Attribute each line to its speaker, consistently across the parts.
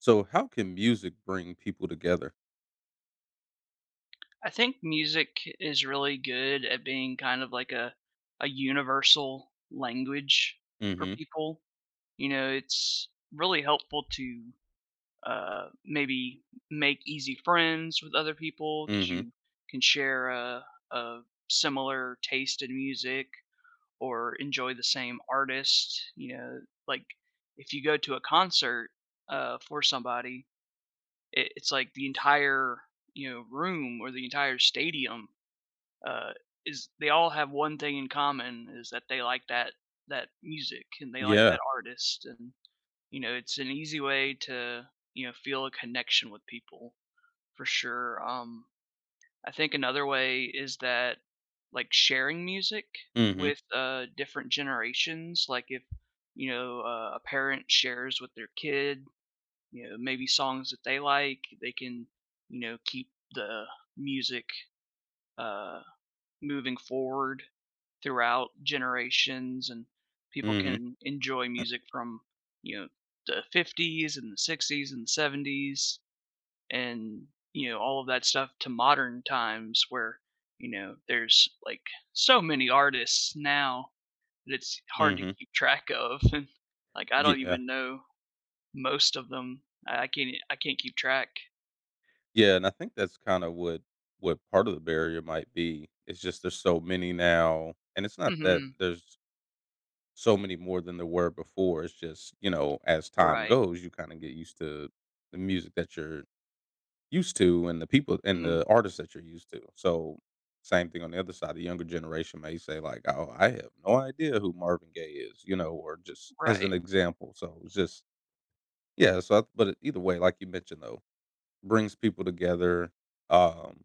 Speaker 1: So how can music bring people together?
Speaker 2: I think music is really good at being kind of like a universal language for
Speaker 1: Mhm.
Speaker 2: people. You know, it's really helpful to maybe make easy friends with other people because
Speaker 1: Mhm.
Speaker 2: you can share a similar taste in music or enjoy the same artist. You know, like if you go to a concert for somebody, it's like the entire, room, or the entire stadium, uh, is they all have one thing in common, is that they like that music and they like
Speaker 1: Yeah.
Speaker 2: that artist and you know it's an easy way to you know feel a connection with people for sure. I think another way is that like sharing music
Speaker 1: Mhm.
Speaker 2: with different generations. Like if you know a parent shares with their kid, you know, maybe songs that they like, they can, you know, keep the music uh moving forward throughout generations, and people
Speaker 1: Mhm.
Speaker 2: can enjoy music from, you know, the 50s and the 60s and 70s, and, you know, all of that stuff to modern times where, you know, there's like so many artists now that it's hard to
Speaker 1: Mhm.
Speaker 2: keep track of and like I don't
Speaker 1: Yeah.
Speaker 2: even know most of them. I can't I can't keep track.
Speaker 1: Yeah, and I think that's kinda what part of the barrier might be. It's just there's so many now, and it's not that
Speaker 2: Mhm.
Speaker 1: there's so many more than there were before, it's just, you know, as time
Speaker 2: Right.
Speaker 1: goes, you kinda get used to the music that you're used to and the people and
Speaker 2: Mhm.
Speaker 1: the artists that you're used to. So, same thing on the other side, the younger generation may say like, "Oh, I have no idea who Marvin Gaye is," you know, or just as
Speaker 2: Right.
Speaker 1: an example. So, it's just yeah, so I, but either way, like you mentioned though, brings people together um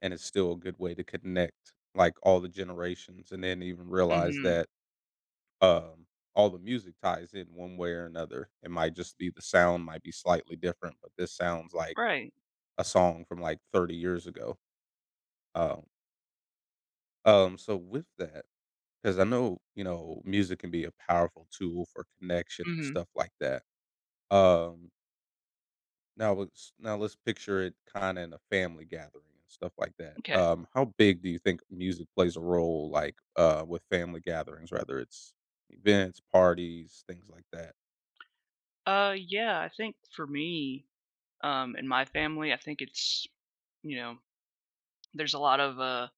Speaker 1: and it's still a good way to connect like all the generations and then even realize
Speaker 2: Mhm.
Speaker 1: that um all the music ties in one way or another. It might just be the sound might be slightly different, but this sounds like
Speaker 2: Right.
Speaker 1: a song from like 30 years ago. Um so with that, because I know, you know, music can be a powerful tool for connection and
Speaker 2: Mhm.
Speaker 1: stuff like that. Um, now let's picture it kind of in a family gathering and stuff like that.
Speaker 2: Okay.
Speaker 1: How big do you think music plays a role, like with family gatherings, whether it's events, parties, things like that?
Speaker 2: Yeah, I think for me. In my family, I think it's, you know, there's a lot of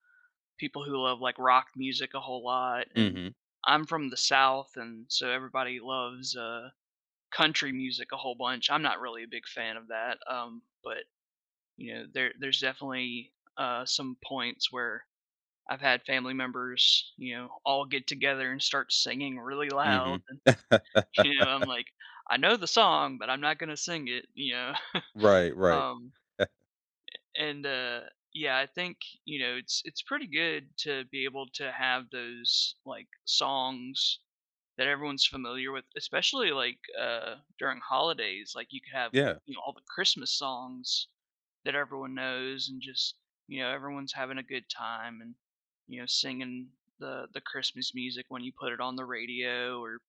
Speaker 2: people who love like rock music a whole lot, and
Speaker 1: Hmm.
Speaker 2: I'm from the South, and so everybody loves country music a whole bunch. I'm not really a big fan of that, but you know, there's definitely some points where I've had family members, you know, all get together and start singing really
Speaker 1: Hmm.
Speaker 2: loud, and you know, I'm like, I know the song, but I'm not gonna sing it.
Speaker 1: Right. Right.
Speaker 2: Um, and yeah, I think you know it's pretty good to be able to have those like songs that everyone's familiar with, especially like during holidays. Like you could have,
Speaker 1: Yeah.
Speaker 2: you know, all the Christmas songs that everyone knows, and just, you know, everyone's having a good time and, you know, singing the Christmas music when you put it on the radio or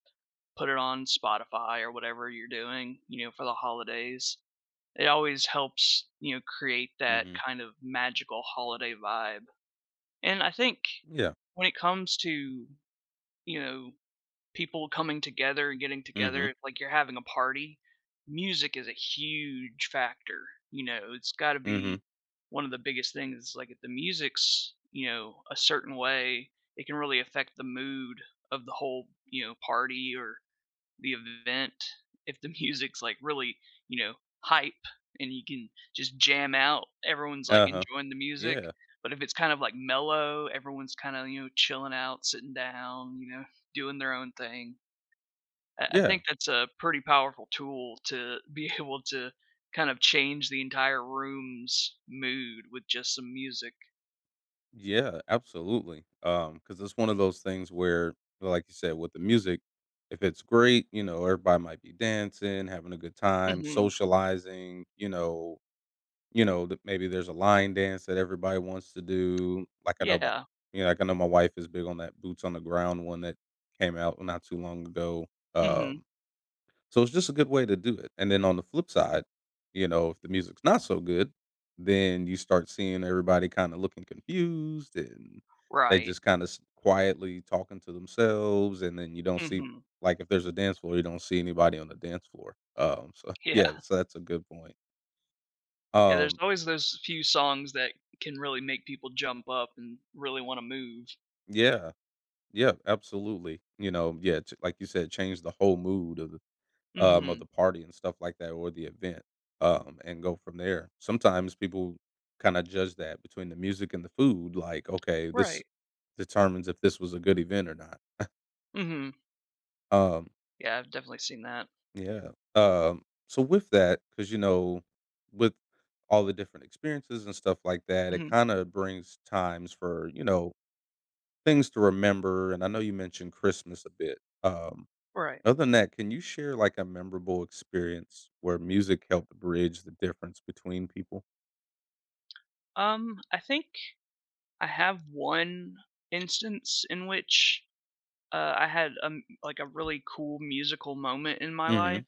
Speaker 2: put it on Spotify or whatever you're doing, you know, for the holidays. It always helps, you know, create
Speaker 1: Mm.
Speaker 2: that
Speaker 1: Hmm.
Speaker 2: kind of magical holiday vibe. And I think
Speaker 1: Yeah.
Speaker 2: when it comes to, you know, people coming together and getting
Speaker 1: Hmm.
Speaker 2: together, like you're having a party, music is a huge factor. You know, it's got to
Speaker 1: Hmm.
Speaker 2: be one of the biggest things. It's like if the music's, you know, a certain way, it can really affect the mood of the whole, you know, party or the event. If the music's like really, you know, hype, and you can just jam out, everyone's like
Speaker 1: Uh huh.
Speaker 2: enjoying the music.
Speaker 1: Yeah.
Speaker 2: But if it's kind of like mellow, everyone's kind of, you know, chilling out, sitting down, you know, doing their own thing. I
Speaker 1: Yeah.
Speaker 2: think that's a pretty powerful tool to be able to kind of change the entire room's mood with just some music.
Speaker 1: Yeah, absolutely. Because it's one of those things where, like you said, with the music, if it's great, you know, everybody might be dancing, having a good time,
Speaker 2: Hmm.
Speaker 1: socializing. You know that maybe there's a line dance that everybody wants to do. Like I know my,
Speaker 2: Yeah.
Speaker 1: you know, like I know my wife is big on that boots on the ground one that came out not too long ago.
Speaker 2: Hmm.
Speaker 1: Um, so it's just a good way to do it. And then on the flip side, you know, if the music's not so good, then you start seeing everybody kind of looking confused and they
Speaker 2: Right.
Speaker 1: just kind of quietly talking to themselves. And then you don't see,
Speaker 2: Hmm.
Speaker 1: like, if there's a dance floor, you don't see anybody on the dance floor. So
Speaker 2: Yeah.
Speaker 1: yeah, so that's a good point.
Speaker 2: Yeah, there's
Speaker 1: Um,
Speaker 2: always those few songs that can really make people jump up and really wanna move.
Speaker 1: yeah, yeah, absolutely. You know, yeah, like you said, change the whole mood of
Speaker 2: Mhm.
Speaker 1: the party and stuff like that or the event, and go from there. Sometimes people kind of judge that between the music and the food, like, okay, this
Speaker 2: Right.
Speaker 1: determines if this was a good event or not.
Speaker 2: Mhm.
Speaker 1: Um,
Speaker 2: Yeah, I've definitely seen that.
Speaker 1: yeah. So with that, because you know, with all the different experiences and stuff like that, it
Speaker 2: Mhm.
Speaker 1: kind of brings times for you know things to remember. And I know you mentioned Christmas a bit.
Speaker 2: Right.
Speaker 1: Other than that, can you share, like, a memorable experience where music helped bridge the difference between people?
Speaker 2: I think I have one instance in which, I had, like, a really cool musical moment in my life.
Speaker 1: Mhm.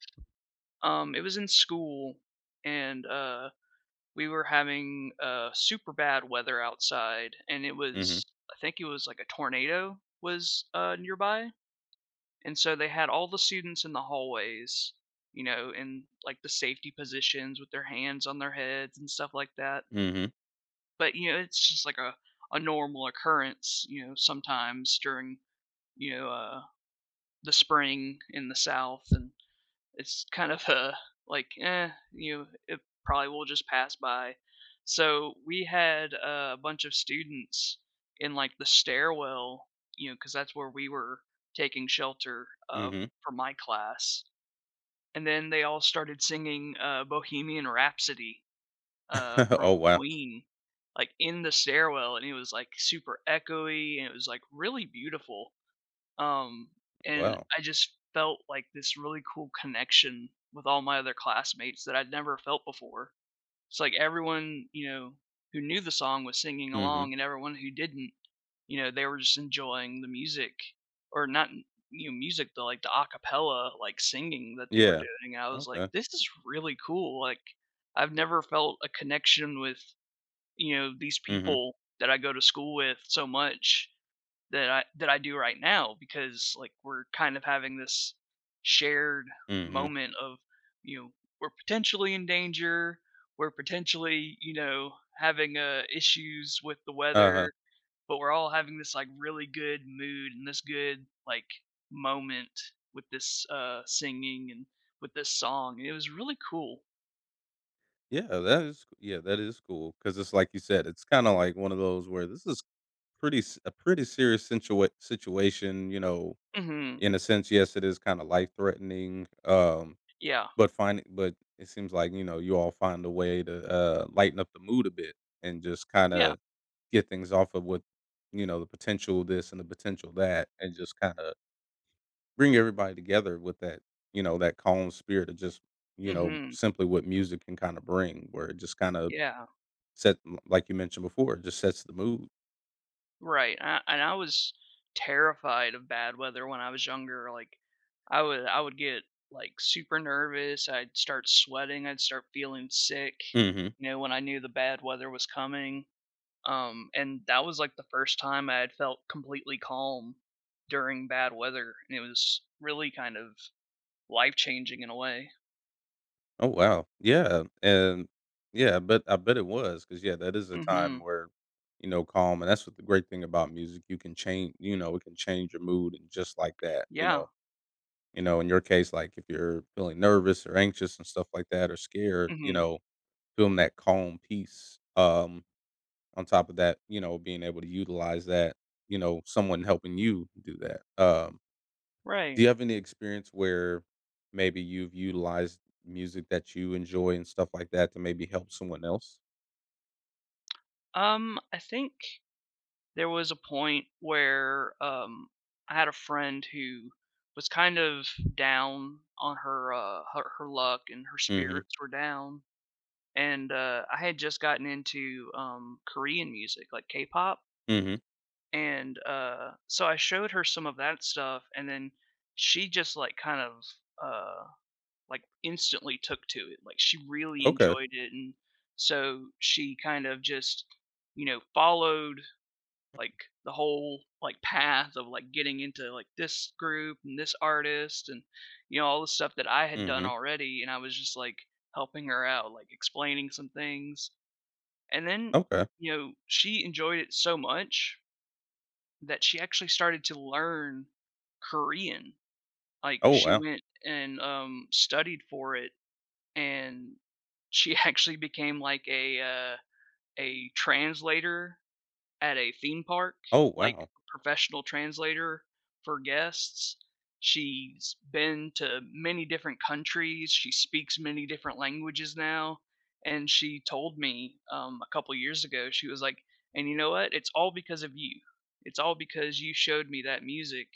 Speaker 2: It was in school, and, we were having, super bad weather outside, and it
Speaker 1: Mhm.
Speaker 2: was, I think it was, like, a tornado was, nearby. And so they had all the students in the hallways, you know, in like the safety positions with their hands on their heads and stuff like that.
Speaker 1: Mhm.
Speaker 2: But you know, it's just like a normal occurrence, you know, sometimes during you know the spring in the South, and it's kind of a like, eh, you know, it probably will just pass by. So we had a bunch of students in like the stairwell, you know, because that's where we were taking shelter, uh,
Speaker 1: Mhm.
Speaker 2: for my class. And then they all started singing, Bohemian Rhapsody, from
Speaker 1: Oh, wow.
Speaker 2: Queen, like, in the stairwell, and it was, like, super echoey, and it was, like, really beautiful. Um, and
Speaker 1: Wow.
Speaker 2: I just felt, like, this really cool connection with all my other classmates that I'd never felt before. It's like everyone, you know, who knew the song was singing
Speaker 1: Mhm.
Speaker 2: along, and everyone who didn't, you know, they were just enjoying the music, or not, you know, music, but like the acapella like singing that they were
Speaker 1: Yeah.
Speaker 2: doing. I was like,
Speaker 1: Okay.
Speaker 2: this is really cool. Like, I've never felt a connection with, you know, these
Speaker 1: Mhm.
Speaker 2: people that I go to school with so much that I do right now, because like we're kind of having this shared
Speaker 1: Mhm.
Speaker 2: moment of, you know, we're potentially in danger, we're potentially, you know, having issues with the
Speaker 1: Uh-huh.
Speaker 2: weather, but we're all having this like really good mood and this good like moment with this singing and with this song. It was really cool.
Speaker 1: Yeah, that is cool. Because it's like you said, it's kinda like one of those where this is pretty s a pretty serious situation, you know,
Speaker 2: Mhm.
Speaker 1: in a sense, yes, it is kinda life-threatening, um.
Speaker 2: Yeah.
Speaker 1: But find but it seems like, you know, you all find a way to, lighten up the mood a bit and just
Speaker 2: Yeah.
Speaker 1: kinda get things off of what, you know, the potential this and the potential that, and just kinda bring everybody together with that, you know, that calm spirit of just, you know,
Speaker 2: Mhm.
Speaker 1: simply what music can kinda bring, where it just kinda
Speaker 2: Yeah.
Speaker 1: set like you mentioned before, it just sets the mood.
Speaker 2: Right, a and I was terrified of bad weather when I was younger. Like, I would get, like, super nervous, I'd start sweating, I'd start feeling sick,
Speaker 1: Mhm.
Speaker 2: you know, when I knew the bad weather was coming, and that was, like, the first time I had felt completely calm during bad weather, and it was really kind of life-changing in a way.
Speaker 1: Oh wow, yeah, and yeah, but I bet it was because yeah, that is a time
Speaker 2: Mhm.
Speaker 1: where you know calm, and that's what the great thing about music you can change. You know, it can change your mood and just like that.
Speaker 2: Yeah.
Speaker 1: You know, in your case, like if you're feeling nervous or anxious and stuff like that, or scared, you
Speaker 2: Mhm.
Speaker 1: know, feeling that calm peace. On top of that, you know, being able to utilize that, you know, someone helping you do that. Do
Speaker 2: Right.
Speaker 1: you have any experience where maybe you've utilized music that you enjoy and stuff like that to maybe help someone else?
Speaker 2: I think there was a point where, I had a friend who was kind of down on her luck, and her
Speaker 1: Mhm.
Speaker 2: spirits were down, and I had just gotten into, Korean music like K-pop,
Speaker 1: Mhm.
Speaker 2: and so I showed her some of that stuff, and then she just like kind of uh, like instantly took to it, like she really
Speaker 1: Okay.
Speaker 2: enjoyed it, and so she kind of just, you know, followed like the whole like path of like getting into like this group and this artist and you know all the stuff that I had done
Speaker 1: Mhm.
Speaker 2: already, and I was just like helping her out like explaining some things. And then,
Speaker 1: Okay.
Speaker 2: you know, she enjoyed it so much that she actually started to learn Korean. Like
Speaker 1: Oh,
Speaker 2: she
Speaker 1: wow.
Speaker 2: went and studied for it, and she actually became like a translator at a theme park,
Speaker 1: Oh,
Speaker 2: like
Speaker 1: wow.
Speaker 2: professional translator for guests. She's been to many different countries. She speaks many different languages now. And she told me, a couple years ago, she was like, and you know what? It's all because of you. It's all because you showed me that music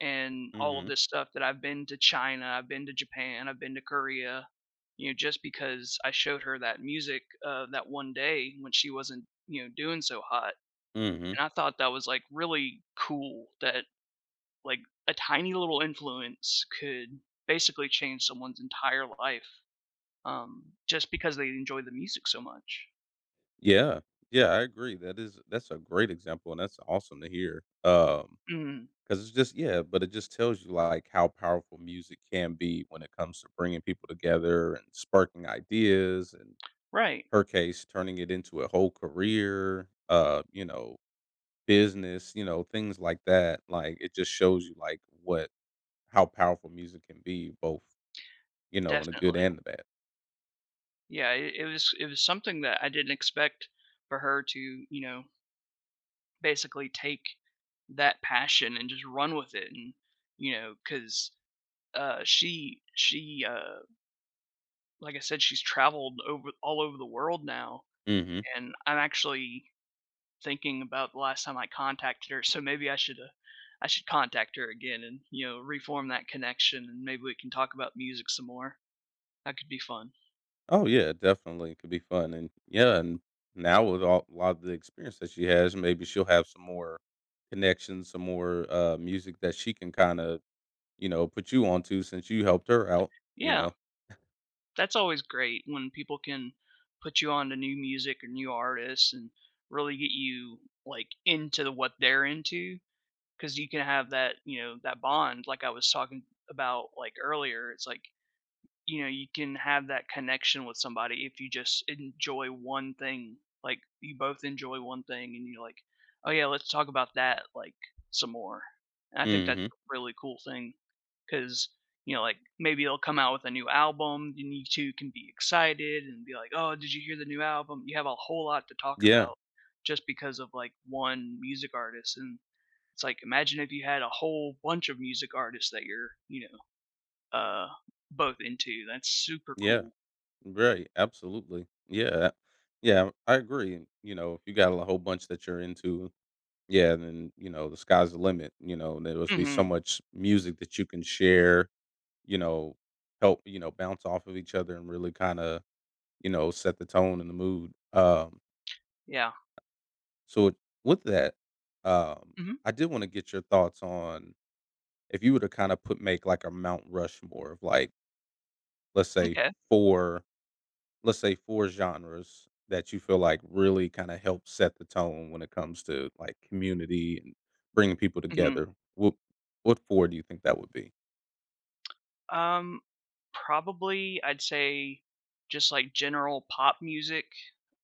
Speaker 2: and all of
Speaker 1: Mhm.
Speaker 2: this stuff that I've been to China, I've been to Japan, I've been to Korea. You know, just because I showed her that music, that one day when she wasn't, you know, doing so hot,
Speaker 1: Mhm.
Speaker 2: and I thought that was, like, really cool that, like, a tiny little influence could basically change someone's entire life, just because they enjoy the music so much.
Speaker 1: Yeah. Yeah, I agree. That is that's a great example and that's awesome to hear.
Speaker 2: Mhm.
Speaker 1: Because it's just yeah, but it just tells you, like, how powerful music can be when it comes to bringing people together and sparking ideas, and
Speaker 2: Right.
Speaker 1: her case, turning it into a whole career, you know business, you know, things like that. Like it just shows you like what how powerful music can be, both you know, in the good
Speaker 2: Definitely.
Speaker 1: and the bad.
Speaker 2: Yeah, it was something that I didn't expect for her to, you know, basically take that passion and just run with it, and, you know, 'cause, she like I said, she's traveled over all over the world now,
Speaker 1: Hmm.
Speaker 2: and I'm actually thinking about the last time I contacted her, so maybe I should contact her again and, you know, reform that connection, and maybe we can talk about music some more. That could be fun.
Speaker 1: Oh yeah, definitely it could be fun, and yeah, and now with all, a lot of the experience that she has, maybe she'll have some more connections, some more music that she can kind of you know put you onto since you helped her out. You
Speaker 2: Yeah,
Speaker 1: know.
Speaker 2: that's always great when people can put you on to new music or new artists and really get you, like, into the what they're into, because you can have that, you know, that bond like I was talking about, like, earlier. It's like, you know, you can have that connection with somebody if you just enjoy one thing. Like, you both enjoy one thing and you're like, "Oh, yeah, let's talk about that, like, some more." And I think that's
Speaker 1: Hmm.
Speaker 2: a really cool thing, because, you know, like, maybe they'll come out with a new album, and you two can be excited and be like, "Oh, did you hear the new album?" You have a whole lot to talk
Speaker 1: Yeah.
Speaker 2: about just because of, like, one music artist. And it's like, imagine if you had a whole bunch of music artists that you're, you know, uh, both into. That's super
Speaker 1: Yeah.
Speaker 2: cool.
Speaker 1: Right. Absolutely. Yeah. Yeah. I agree. You know, if you got a whole bunch that you're into yeah, and then, you know, the sky's the limit, you know, and there will be so
Speaker 2: Mhm.
Speaker 1: much music that you can share, you know, help, you know, bounce off of each other and really kind of, you know, set the tone and the mood.
Speaker 2: Yeah.
Speaker 1: So with that, um,
Speaker 2: Mhm.
Speaker 1: I did want to get your thoughts on if you were to kind of put make like a Mount Rushmore of like, let's say
Speaker 2: Okay.
Speaker 1: four let's say 4 genres that you feel like really kinda help set the tone when it comes to, like, community and bringing people
Speaker 2: Mhm.
Speaker 1: together. What 4 do you think that would be?
Speaker 2: Um, probably I'd say just like general pop music,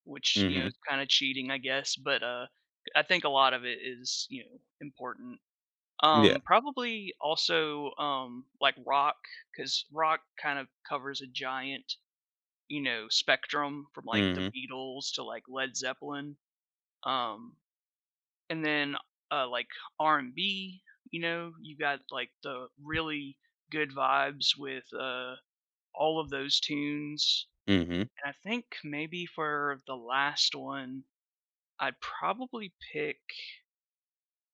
Speaker 2: which, you know,
Speaker 1: Mhm.
Speaker 2: is kinda cheating, I guess, but, I think a lot of it is, you know, important.
Speaker 1: Yeah.
Speaker 2: Probably also, like rock, because rock kind of covers a giant, you know, spectrum from like the
Speaker 1: Mhm.
Speaker 2: Beatles to like Led Zeppelin. Um. And then, like R&B, you know, you got like the really good vibes with, all of those tunes.
Speaker 1: Mhm.
Speaker 2: And I think maybe for the last one, I'd probably pick,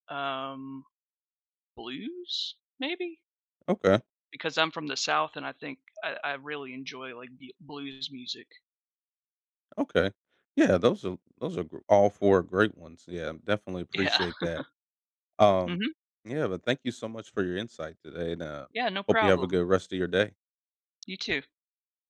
Speaker 2: um, blues maybe,
Speaker 1: Okay.
Speaker 2: because I'm from the South and I think I really enjoy like blues music.
Speaker 1: Okay. Yeah, those are gr all 4 great ones. Yeah, definitely
Speaker 2: Yeah.
Speaker 1: appreciate that. Um,
Speaker 2: Hmm.
Speaker 1: yeah, but thank you so much for your insight today, and,
Speaker 2: Yeah. No
Speaker 1: hope you have a
Speaker 2: problem.
Speaker 1: good rest of your day.
Speaker 2: You too.